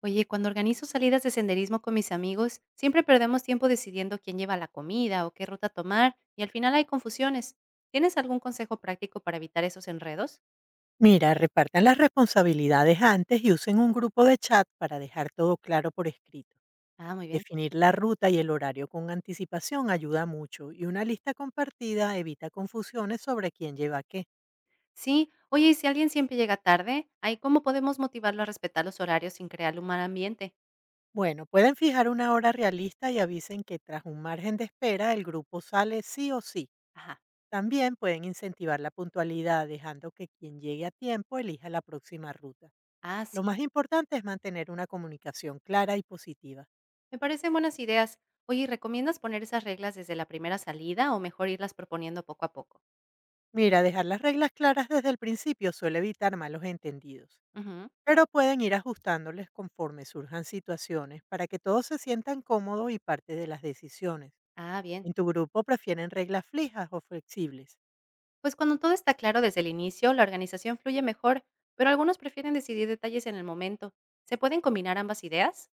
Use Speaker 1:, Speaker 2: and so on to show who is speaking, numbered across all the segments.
Speaker 1: Oye, cuando organizo salidas de senderismo con mis amigos, siempre perdemos tiempo decidiendo quién lleva la comida o qué ruta tomar, y al final hay confusiones. ¿Tienes algún consejo práctico para evitar esos enredos?
Speaker 2: Mira, repartan las responsabilidades antes y usen un grupo de chat para dejar todo claro por escrito.
Speaker 1: Ah, muy bien.
Speaker 2: Definir la ruta y el horario con anticipación ayuda mucho, y una lista compartida evita confusiones sobre quién lleva qué.
Speaker 1: Sí, oye, y si alguien siempre llega tarde, ¿ahí cómo podemos motivarlo a respetar los horarios sin crear un mal ambiente?
Speaker 2: Bueno, pueden fijar una hora realista y avisen que tras un margen de espera el grupo sale sí o sí.
Speaker 1: Ajá.
Speaker 2: También pueden incentivar la puntualidad dejando que quien llegue a tiempo elija la próxima ruta.
Speaker 1: Ah,
Speaker 2: Lo
Speaker 1: sí.
Speaker 2: más importante es mantener una comunicación clara y positiva.
Speaker 1: Me parecen buenas ideas. Oye, ¿recomiendas poner esas reglas desde la primera salida o mejor irlas proponiendo poco a poco?
Speaker 2: Mira, dejar las reglas claras desde el principio suele evitar malos entendidos,
Speaker 1: Ujú.
Speaker 2: pero pueden ir ajustándoles conforme surjan situaciones para que todos se sientan cómodos y parte de las decisiones.
Speaker 1: Ah, bien.
Speaker 2: ¿En tu grupo prefieren reglas fijas o flexibles?
Speaker 1: Pues cuando todo está claro desde el inicio, la organización fluye mejor, pero algunos prefieren decidir detalles en el momento. ¿Se pueden combinar ambas ideas?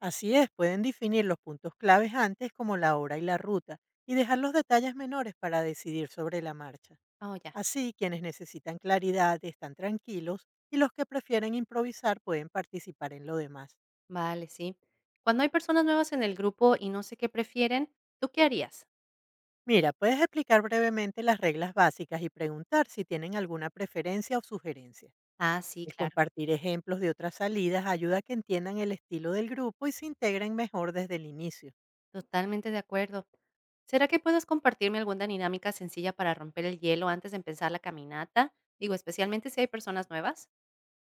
Speaker 2: Así es, pueden definir los puntos claves antes, como la hora y la ruta, y dejar los detalles menores para decidir sobre la marcha.
Speaker 1: Oh, ya.
Speaker 2: Así, quienes necesitan claridad están tranquilos y los que prefieren improvisar pueden participar en lo demás.
Speaker 1: Vale, sí. Cuando hay personas nuevas en el grupo y no sé qué prefieren, ¿tú qué harías?
Speaker 2: Mira, puedes explicar brevemente las reglas básicas y preguntar si tienen alguna preferencia o sugerencia.
Speaker 1: Ah, sí,
Speaker 2: El
Speaker 1: claro.
Speaker 2: compartir ejemplos de otras salidas ayuda a que entiendan el estilo del grupo y se integren mejor desde el inicio.
Speaker 1: Totalmente de acuerdo. ¿Será que puedes compartirme alguna dinámica sencilla para romper el hielo antes de empezar la caminata? Digo, especialmente si hay personas nuevas.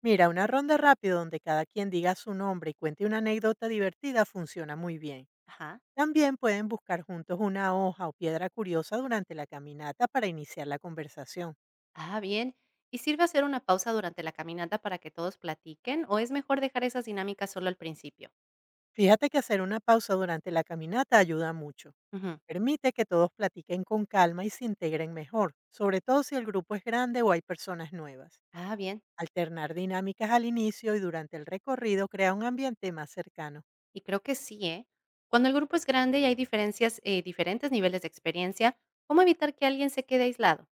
Speaker 2: Mira, una ronda rápida donde cada quien diga su nombre y cuente una anécdota divertida funciona muy bien.
Speaker 1: Ajá.
Speaker 2: También pueden buscar juntos una hoja o piedra curiosa durante la caminata para iniciar la conversación.
Speaker 1: Ah, bien. ¿Y sirve hacer una pausa durante la caminata para que todos platiquen o es mejor dejar esas dinámicas solo al principio?
Speaker 2: Fíjate que hacer una pausa durante la caminata ayuda mucho.
Speaker 1: Ujú.
Speaker 2: Permite que todos platiquen con calma y se integren mejor, sobre todo si el grupo es grande o hay personas nuevas.
Speaker 1: Ah, bien.
Speaker 2: Alternar dinámicas al inicio y durante el recorrido crea un ambiente más cercano.
Speaker 1: Y creo que sí, ¿eh? Cuando el grupo es grande y hay diferencias, diferentes niveles de experiencia, ¿cómo evitar que alguien se quede aislado?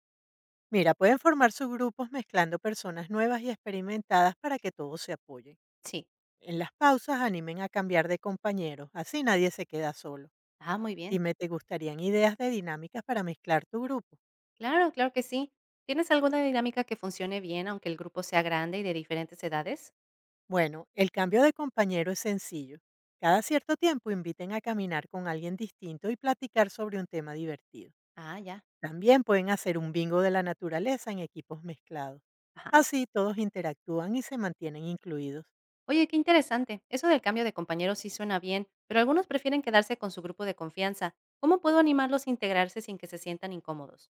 Speaker 2: Mira, pueden formar subgrupos mezclando personas nuevas y experimentadas para que todos se apoyen.
Speaker 1: Sí.
Speaker 2: En las pausas, animen a cambiar de compañeros, así nadie se queda solo.
Speaker 1: Ah, muy bien.
Speaker 2: Dime, ¿te gustarían ideas de dinámicas para mezclar tu grupo?
Speaker 1: Claro, claro que sí. ¿Tienes alguna dinámica que funcione bien aunque el grupo sea grande y de diferentes edades?
Speaker 2: Bueno, el cambio de compañero es sencillo. Cada cierto tiempo inviten a caminar con alguien distinto y platicar sobre un tema divertido.
Speaker 1: Ah, ya.
Speaker 2: También pueden hacer un bingo de la naturaleza en equipos mezclados.
Speaker 1: Ajá.
Speaker 2: Así todos interactúan y se mantienen incluidos.
Speaker 1: Oye, qué interesante. Eso del cambio de compañeros sí suena bien, pero algunos prefieren quedarse con su grupo de confianza. ¿Cómo puedo animarlos a integrarse sin que se sientan incómodos?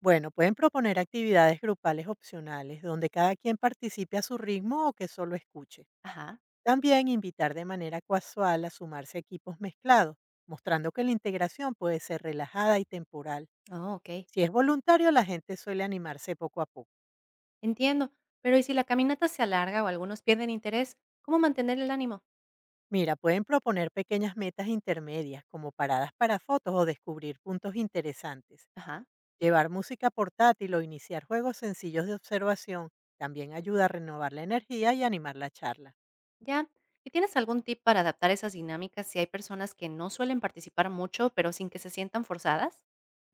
Speaker 2: Bueno, pueden proponer actividades grupales opcionales donde cada quien participe a su ritmo o que solo escuche.
Speaker 1: Ajá.
Speaker 2: También invitar de manera casual a sumarse a equipos mezclados, mostrando que la integración puede ser relajada y temporal.
Speaker 1: Oh, ok.
Speaker 2: Si es voluntario, la gente suele animarse poco a poco.
Speaker 1: Entiendo, pero ¿y si la caminata se alarga o algunos pierden interés? ¿Cómo mantener el ánimo?
Speaker 2: Mira, pueden proponer pequeñas metas intermedias, como paradas para fotos o descubrir puntos interesantes.
Speaker 1: Ajá.
Speaker 2: Llevar música portátil o iniciar juegos sencillos de observación también ayuda a renovar la energía y animar la charla.
Speaker 1: Ya. ¿Y tienes algún tip para adaptar esas dinámicas si hay personas que no suelen participar mucho, pero sin que se sientan forzadas?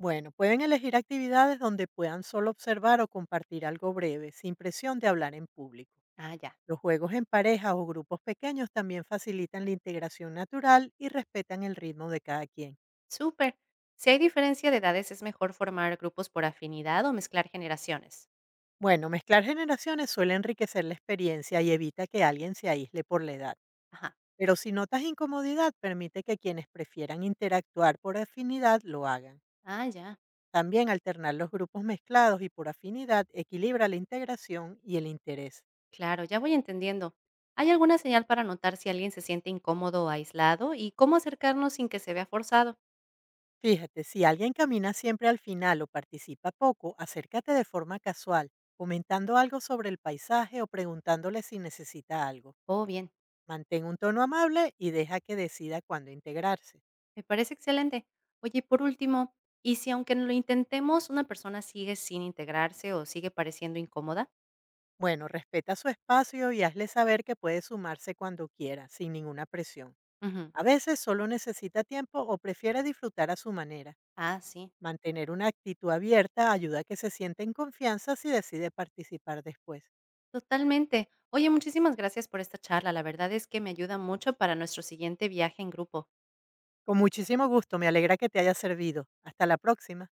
Speaker 2: Bueno, pueden elegir actividades donde puedan solo observar o compartir algo breve, sin presión de hablar en público.
Speaker 1: Ah, ya.
Speaker 2: Los juegos en pareja o grupos pequeños también facilitan la integración natural y respetan el ritmo de cada quien.
Speaker 1: Súper. Si hay diferencia de edades, ¿es mejor formar grupos por afinidad o mezclar generaciones?
Speaker 2: Bueno, mezclar generaciones suele enriquecer la experiencia y evita que alguien se aísle por la edad.
Speaker 1: Ajá.
Speaker 2: Pero si notas incomodidad, permite que quienes prefieran interactuar por afinidad lo hagan.
Speaker 1: Ah, ya.
Speaker 2: También alternar los grupos mezclados y por afinidad equilibra la integración y el interés.
Speaker 1: Claro, ya voy entendiendo. ¿Hay alguna señal para notar si alguien se siente incómodo o aislado y cómo acercarnos sin que se vea forzado?
Speaker 2: Fíjate, si alguien camina siempre al final o participa poco, acércate de forma casual, comentando algo sobre el paisaje o preguntándole si necesita algo.
Speaker 1: Oh, bien.
Speaker 2: Mantén un tono amable y deja que decida cuándo integrarse.
Speaker 1: Me parece excelente. Oye, y por último, ¿y si aunque lo intentemos, una persona sigue sin integrarse o sigue pareciendo incómoda?
Speaker 2: Bueno, respeta su espacio y hazle saber que puede sumarse cuando quiera, sin ninguna presión.
Speaker 1: Ujú.
Speaker 2: A veces solo necesita tiempo o prefiere disfrutar a su manera.
Speaker 1: Ah, sí,
Speaker 2: Mantener una actitud abierta ayuda a que se sienta en confianza si decide participar después.
Speaker 1: totalmente. Oye, muchísimas gracias por esta charla. La verdad es que me ayuda mucho para nuestro siguiente viaje en grupo.
Speaker 2: Con muchísimo gusto, me alegra que te haya servido. Hasta la próxima.